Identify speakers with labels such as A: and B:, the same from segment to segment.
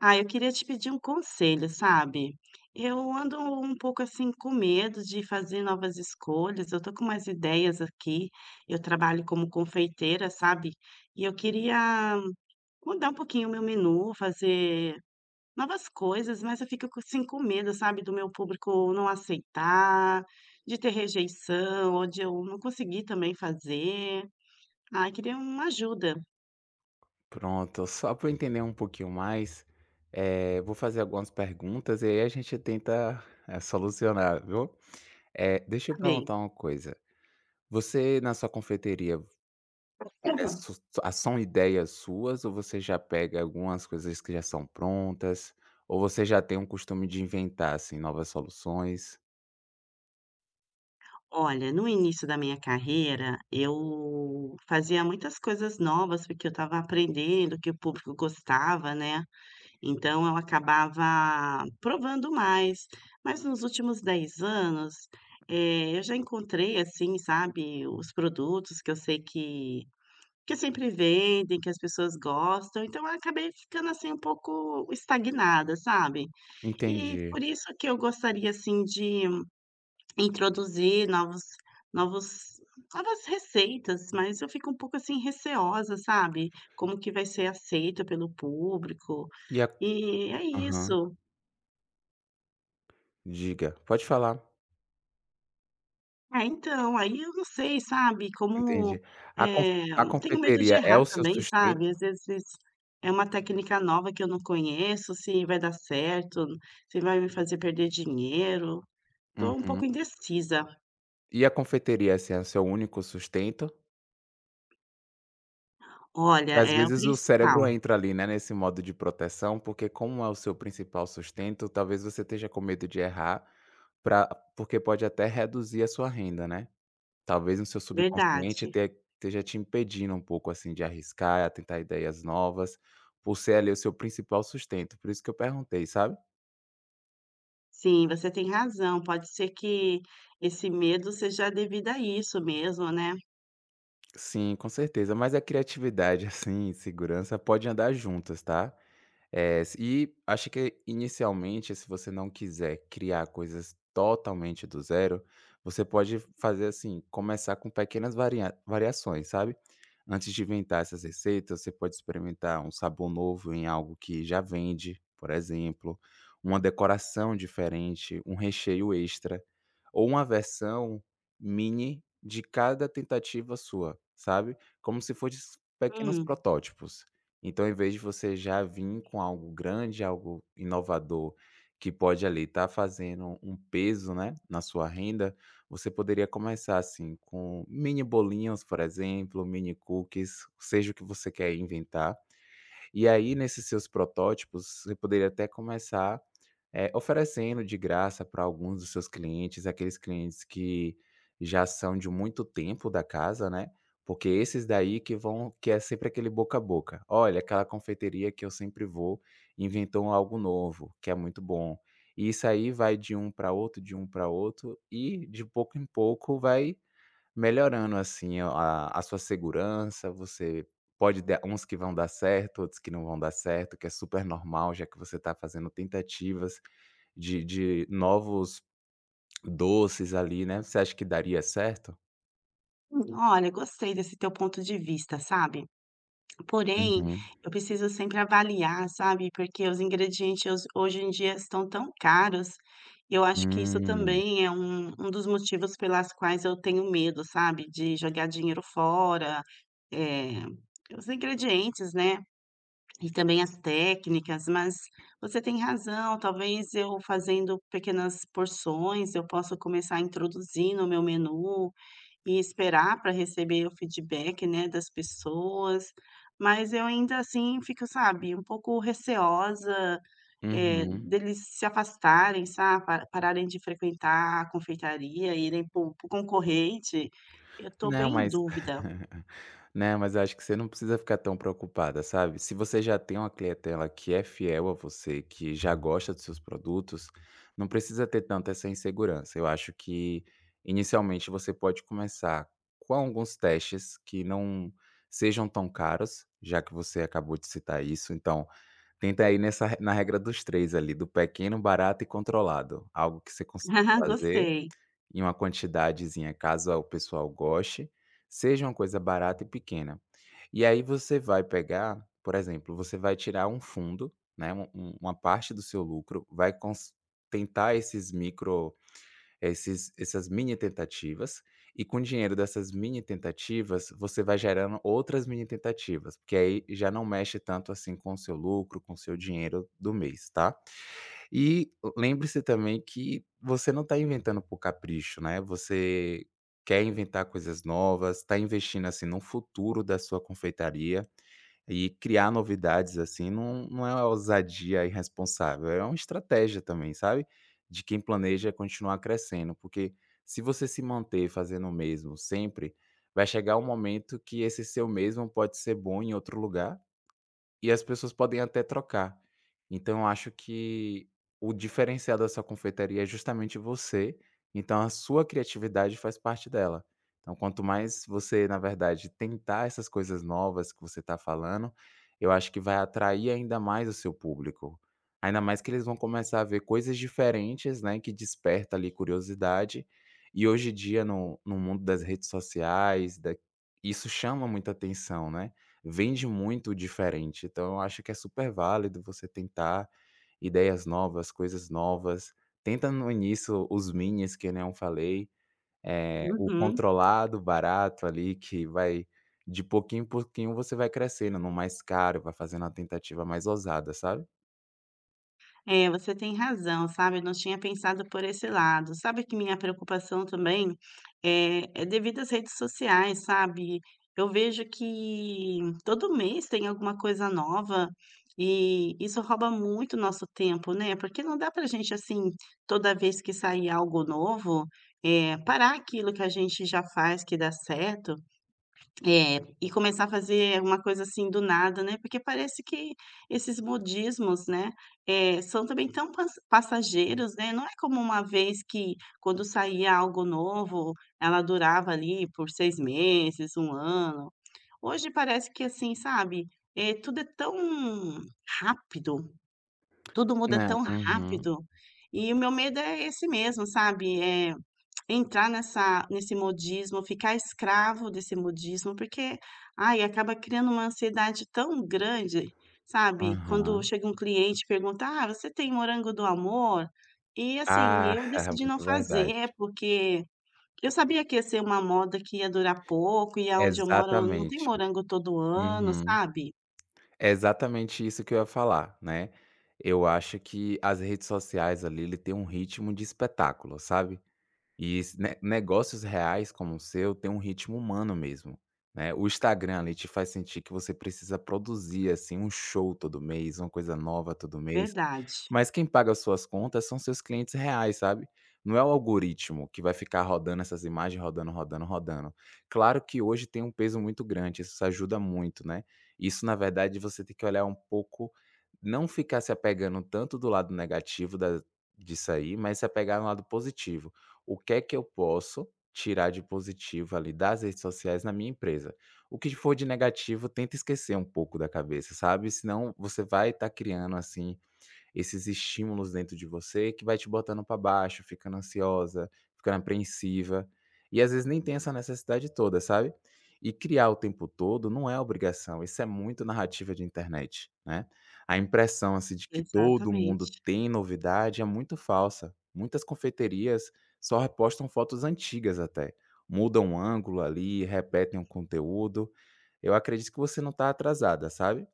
A: Ah, eu queria te pedir um conselho, sabe? Eu ando um pouco assim com medo de fazer novas escolhas. Eu tô com umas ideias aqui. Eu trabalho como confeiteira, sabe? E eu queria mudar um pouquinho o meu menu, fazer novas coisas, mas eu fico assim com medo, sabe? Do meu público não aceitar, de ter rejeição, ou de eu não conseguir também fazer. Ah, eu queria uma ajuda,
B: Pronto, só para eu entender um pouquinho mais, vou fazer algumas perguntas e aí a gente tenta, solucionar, viu. Deixa
A: tá
B: eu
A: bem?
B: perguntar uma coisa, você na sua confeiteria, é su são ideias suas ou você já pega algumas coisas que já são prontas, ou você já tem um costume de inventar, assim, novas soluções?
A: Olha, no início da minha carreira, eu fazia muitas coisas novas, porque eu estava aprendendo, que o público gostava, né. Então eu acabava provando mais. Mas nos últimos 10 anos, eu já encontrei, assim, sabe, os produtos que eu sei que sempre vendem, que as pessoas gostam, então eu acabei ficando, assim, um pouco estagnada, sabe. E
B: Entendi.
A: por isso que eu gostaria, assim, de introduzir novos novos novas receitas, mas eu fico um pouco, assim, receosa, sabe, como que vai ser aceita pelo público,
B: E a
A: e é
B: Aham,
A: isso.
B: diga, pode falar.
A: Ah, então, aí eu não sei, sabe, como,
B: Entendi. A conf
A: eh,
B: a
A: tenho medo de
B: confeiteria é
A: errar
B: o seu
A: também, sabe,
B: sustento?
A: às vezes é uma técnica nova que eu não conheço, se vai dar certo, se vai me fazer perder dinheiro, estou um
B: Uhum.
A: pouco indecisa.
B: E a confeiteria, assim, é o seu único sustento?
A: Olha,
B: Que às
A: é o
B: vezes o cérebro
A: principal,
B: entra ali, né, nesse modo de proteção, porque como é o seu principal sustento, talvez você esteja com medo de errar, pra porque pode até reduzir a sua renda, né. Talvez no seu subconsciente
A: verdade.
B: te esteja te impedindo um pouco, assim, de arriscar, tentar ideias novas, por ser ali o seu principal sustento, por isso que eu perguntei, sabe.
A: Sim, você tem razão. Pode ser que esse medo seja devido a isso mesmo, né.
B: Sim, com certeza, mas a criatividade, assim, e segurança pode andar juntas, tá. É, e acho que inicialmente, se você não quiser criar coisas totalmente do zero, você pode fazer assim, começar com pequenas variações, sabe. Antes de inventar essas receitas, você pode experimentar um sabor novo em algo que já vende, por exemplo, uma decoração diferente, um recheio extra, ou uma versão mini de cada tentativa sua, sabe. Como se fossem pequenos
A: Hum.
B: protótipos. Então, em vez de você já vir com algo grande, algo inovador, que pode ali estar fazendo um peso, né, na sua renda, você poderia começar assim com mini bolinhos, por exemplo, mini cookies, seja o que você quer inventar. E aí, nesses seus protótipos, você poderia até começar, oferecendo de graça para alguns dos seus clientes, aqueles clientes que já são de muito tempo da casa, né, porque esses daí que vão que é sempre aquele boca a boca. "Olha, aquela confeiteria que eu sempre vou, inventou algo novo, que é muito bom". E isso aí vai de um para outro, de um para outro e de pouco em pouco vai melhorando, assim, a sua segurança, você pode dar uns que vão dar certo, outros que não vão dar certo, que é super normal, já que você está fazendo tentativas de novos doces ali, né. Você acha que daria certo?
A: Olha, gostei desse teu ponto de vista, sabe. Porém,
B: Uhum.
A: eu preciso sempre avaliar, sabe, porque os ingredientes hos hoje em dia estão tão caros, e eu acho que isso
B: Hum.
A: também é um dos motivos pelas quais eu tenho medo, sabe, de jogar dinheiro fora, eh, os ingredientes, né. E também as técnicas, mas você tem razão, talvez eu fazendo pequenas porções, eu possa começar a introduzir no meu menu e esperar para receber o feedback, né, das pessoas. Mas eu ainda assim fico, sabe, um pouco receosa,
B: Uhum.
A: deles se afastarem, sabe, pa pararem de frequentar a confeitaria, irem para o concorrente. Eu estou
B: Não,
A: bem em
B: mas
A: dúvida.
B: né, mas eu acho que você não precisa ficar tão preocupada, sabe. Se você já tem uma clientela que é fiel a você, que já gosta dos seus produtos, não precisa ter tanta essa insegurança. Eu acho que, inicialmente, você pode começar com alguns testes que não sejam tão caros, já que você acabou de citar isso, então tenta ir nessa na regra dos 3 ali, do pequeno, barato e controlado, algo que você consiga fazer
A: Gostei.
B: em uma quantidadezinha, caso o pessoal goste, seja uma coisa barata e pequena. E aí você vai pegar, por exemplo, você vai tirar um fundo, né, uma parte do seu lucro, vai cons tentar esses micro esses essas mini tentativas, e com o dinheiro dessas mini tentativas, você vai gerando outras mini tentativas, porque aí já não mexe tanto assim com o seu lucro, com o seu dinheiro do mês, tá? E lembre-se também que você não está inventando por capricho, né, você quer inventar coisas novas, está investindo, assim, no futuro da sua confeitaria, e criar novidades, assim, não é uma ousadia irresponsável, é uma estratégia também, sabe, de quem planeja continuar crescendo, porque se você se manter fazendo o mesmo sempre, vai chegar um momento que esse seu mesmo pode ser bom em outro lugar e as pessoas podem até trocar. Então eu acho que o diferencial dessa confeitaria é justamente você, então a sua criatividade faz parte dela. Então quanto mais você, na verdade, tentar essas coisas novas que você está falando, eu acho que vai atrair ainda mais o seu público. Ainda mais que eles vão começar a ver coisas diferentes, né, que desperta ali curiosidade. E hoje em dia no mundo das redes sociais, da isso chama muita atenção, né, vende muito diferente. Então eu acho que é super válido você tentar ideias novas, coisas novas. Tenta no início os minis, que nem eu falei, o
A: Uhum.
B: controlado, barato ali, que vai de pouquinho em pouquinho você vai crescendo no mais caro, vai fazendo uma tentativa mais ousada, sabe?
A: É, você tem razão, sabe, eu não tinha pensado por esse lado. Sabe que minha preocupação também é devido às redes sociais, sabe. Eu vejo que todo mês tem alguma coisa nova e isso rouba muito nosso tempo, né, porque não dá pra gente, assim, toda vez que sair algo novo, parar aquilo que a gente já faz que dá certo é, e começar a fazer uma coisa assim do nada, né, porque parece que esses modismos, né, são também tão passageiros, né, não é como uma vez que, quando saía algo novo, ela durava ali por 6 meses, um ano. Hoje parece que assim, sabe, tudo é tão rápido, tudo muda
B: Né,
A: tão
B: uhum,
A: rápido, e o meu medo é esse mesmo, sabe, entrar nessa nesse modismo, ficar escravo desse modismo, porque, ai, acaba criando uma ansiedade tão grande, sabe? Quando
B: aham.
A: chega um cliente e pergunta: "Ah, você tem morango do amor?" E, assim,
B: Ah,
A: eu decidi não
B: muito verdade.
A: fazer, porque eu sabia que ia ser uma moda que ia durar pouco e aonde eu moro não tem
B: Exatamente.
A: morango todo ano,
B: Uhum.
A: sabe?
B: É exatamente isso que eu ia falar, né. Eu acho que as redes sociais, ali, ele tem um ritmo de espetáculo, sabe. E esse ne negócios reais como o seu tem um ritmo humano mesmo, né. O Instagram ali te faz sentir que você precisa produzir, assim, um show todo mês, uma coisa nova todo mês,
A: Verdade,
B: mas quem paga as suas contas são seus clientes reais, sabe. Não é o algoritmo que vai ficar rodando essas imagens, rodando, rodando, rodando. Claro que hoje tem um peso muito grande, isso ajuda muito, né. Isso na verdade você tem que olhar um pouco, não ficar se apegando tanto do lado negativo da disso aí, mas se apegar no lado positivo, o que é que eu posso tirar de positivo ali das redes sociais na minha empresa. O que for de negativo, tenta esquecer um pouco da cabeça, sabe? Senão você vai estar criando assim esses estímulos dentro de você que vai te botando para baixo, ficando ansiosa, ficando apreensiva. E às vezes nem tem essa necessidade toda, sabe? E criar o tempo todo não é obrigação, isso é muito narrativa de internet, né? A impressão assim, de que todo mundo
A: exatamente.
B: tem novidade é muito falsa. Muitas confeiterias só repostam fotos antigas até. Mudam o ângulo ali, repetem um conteúdo. Eu acredito que você não está atrasada, sabe?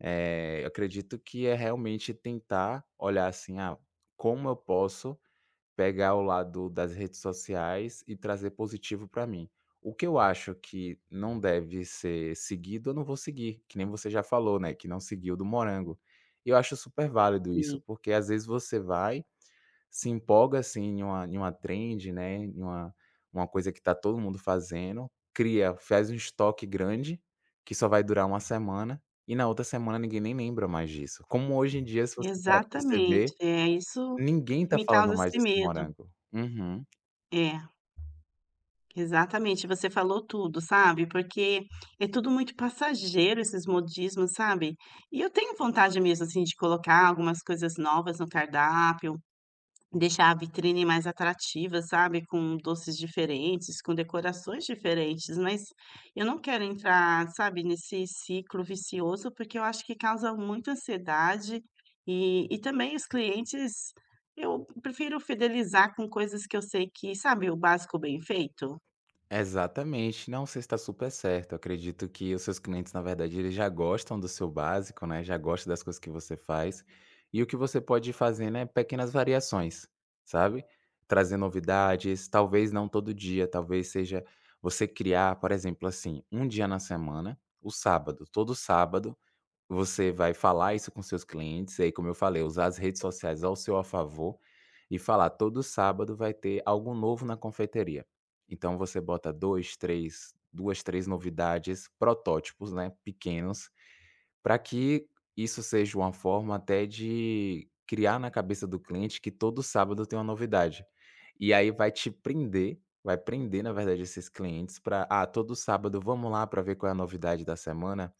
B: Eu acredito que é realmente tentar olhar assim: "Ah, como eu posso pegar o lado das redes sociais e trazer positivo para mim? O que eu acho que não deve ser seguido, eu não vou seguir", que nem você já falou, né, que não seguiu do morango. E eu acho super válido isso,
A: Sim,
B: porque às vezes você vai se empolga, assim, em uma trend, né, em uma coisa que tá todo mundo fazendo, cria faz um estoque grande, que só vai durar uma semana, e na outra semana ninguém nem lembra mais disso. Como hoje em dia, se você parar pra
A: exatamente.
B: perceber,
A: É isso
B: ninguém
A: que
B: tá
A: me
B: falando
A: causa
B: mais
A: esse
B: desse
A: medo.
B: morango. Uhum.
A: É. Exatamente, você falou tudo, sabe, porque é tudo muito passageiro esses modismos, sabe. E eu tenho vontade mesmo, assim, de colocar algumas coisas novas no cardápio, deixar a vitrine mais atrativa, sabe, com doces diferentes, com decorações diferentes, mas eu não quero entrar, sabe, nesse ciclo vicioso, porque eu acho que causa muita ansiedade e também os clientes eu prefiro fidelizar com coisas que eu sei que, sabe, o básico bem feito?
B: Exatamente. Não, você está super certo. Eu acredito que os seus clientes, na verdade, eles já gostam do seu básico, né? Já gostam das coisas que você faz. E o que você pode fazer, né, pequenas variações, sabe? Trazer novidades, talvez não todo dia, talvez seja você criar, por exemplo, assim, um dia na semana, o sábado, todo sábado, você vai falar isso com seus clientes, e aí como eu falei, usar as redes sociais ao seu a favor, e falar: "Todo sábado vai ter algo novo na confeitaria". Então você bota 2, 3, 2, 3 novidades, protótipos, né, pequenos, para que isso seja uma forma até de criar na cabeça do cliente que todo sábado tem uma novidade. E aí vai te prender, vai prender na verdade esses clientes para "Ah, todo sábado vamos lá para ver qual é a novidade da semana?".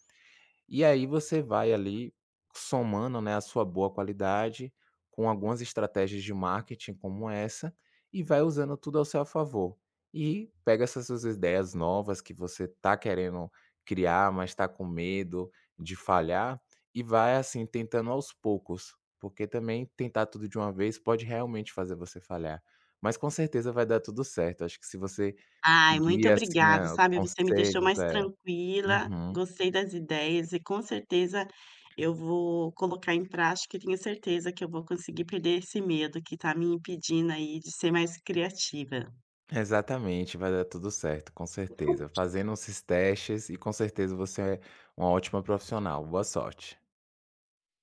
B: E aí você vai ali somando, né, a sua boa qualidade com algumas estratégias de marketing como essa e vai usando tudo ao seu favor. E pega essas suas ideias novas que você tá querendo criar, mas está com medo de falhar e vai assim tentando aos poucos, porque também tentar tudo de uma vez pode realmente fazer você falhar. Mas com certeza vai dar tudo certo. Acho que se você
A: Ai, muito
B: seguir assim
A: obrigada,
B: a os
A: sabe, você me deixou
B: conselhos,
A: mais
B: é.
A: tranquila,
B: Uhum.
A: gostei das ideias e com certeza eu vou colocar em prática e tenho certeza que eu vou conseguir perder esse medo que está me impedindo aí de ser mais criativa.
B: Exatamente, vai dar tudo certo, com certeza. Fazendo esses testes e com certeza você é uma ótima profissional. Boa sorte.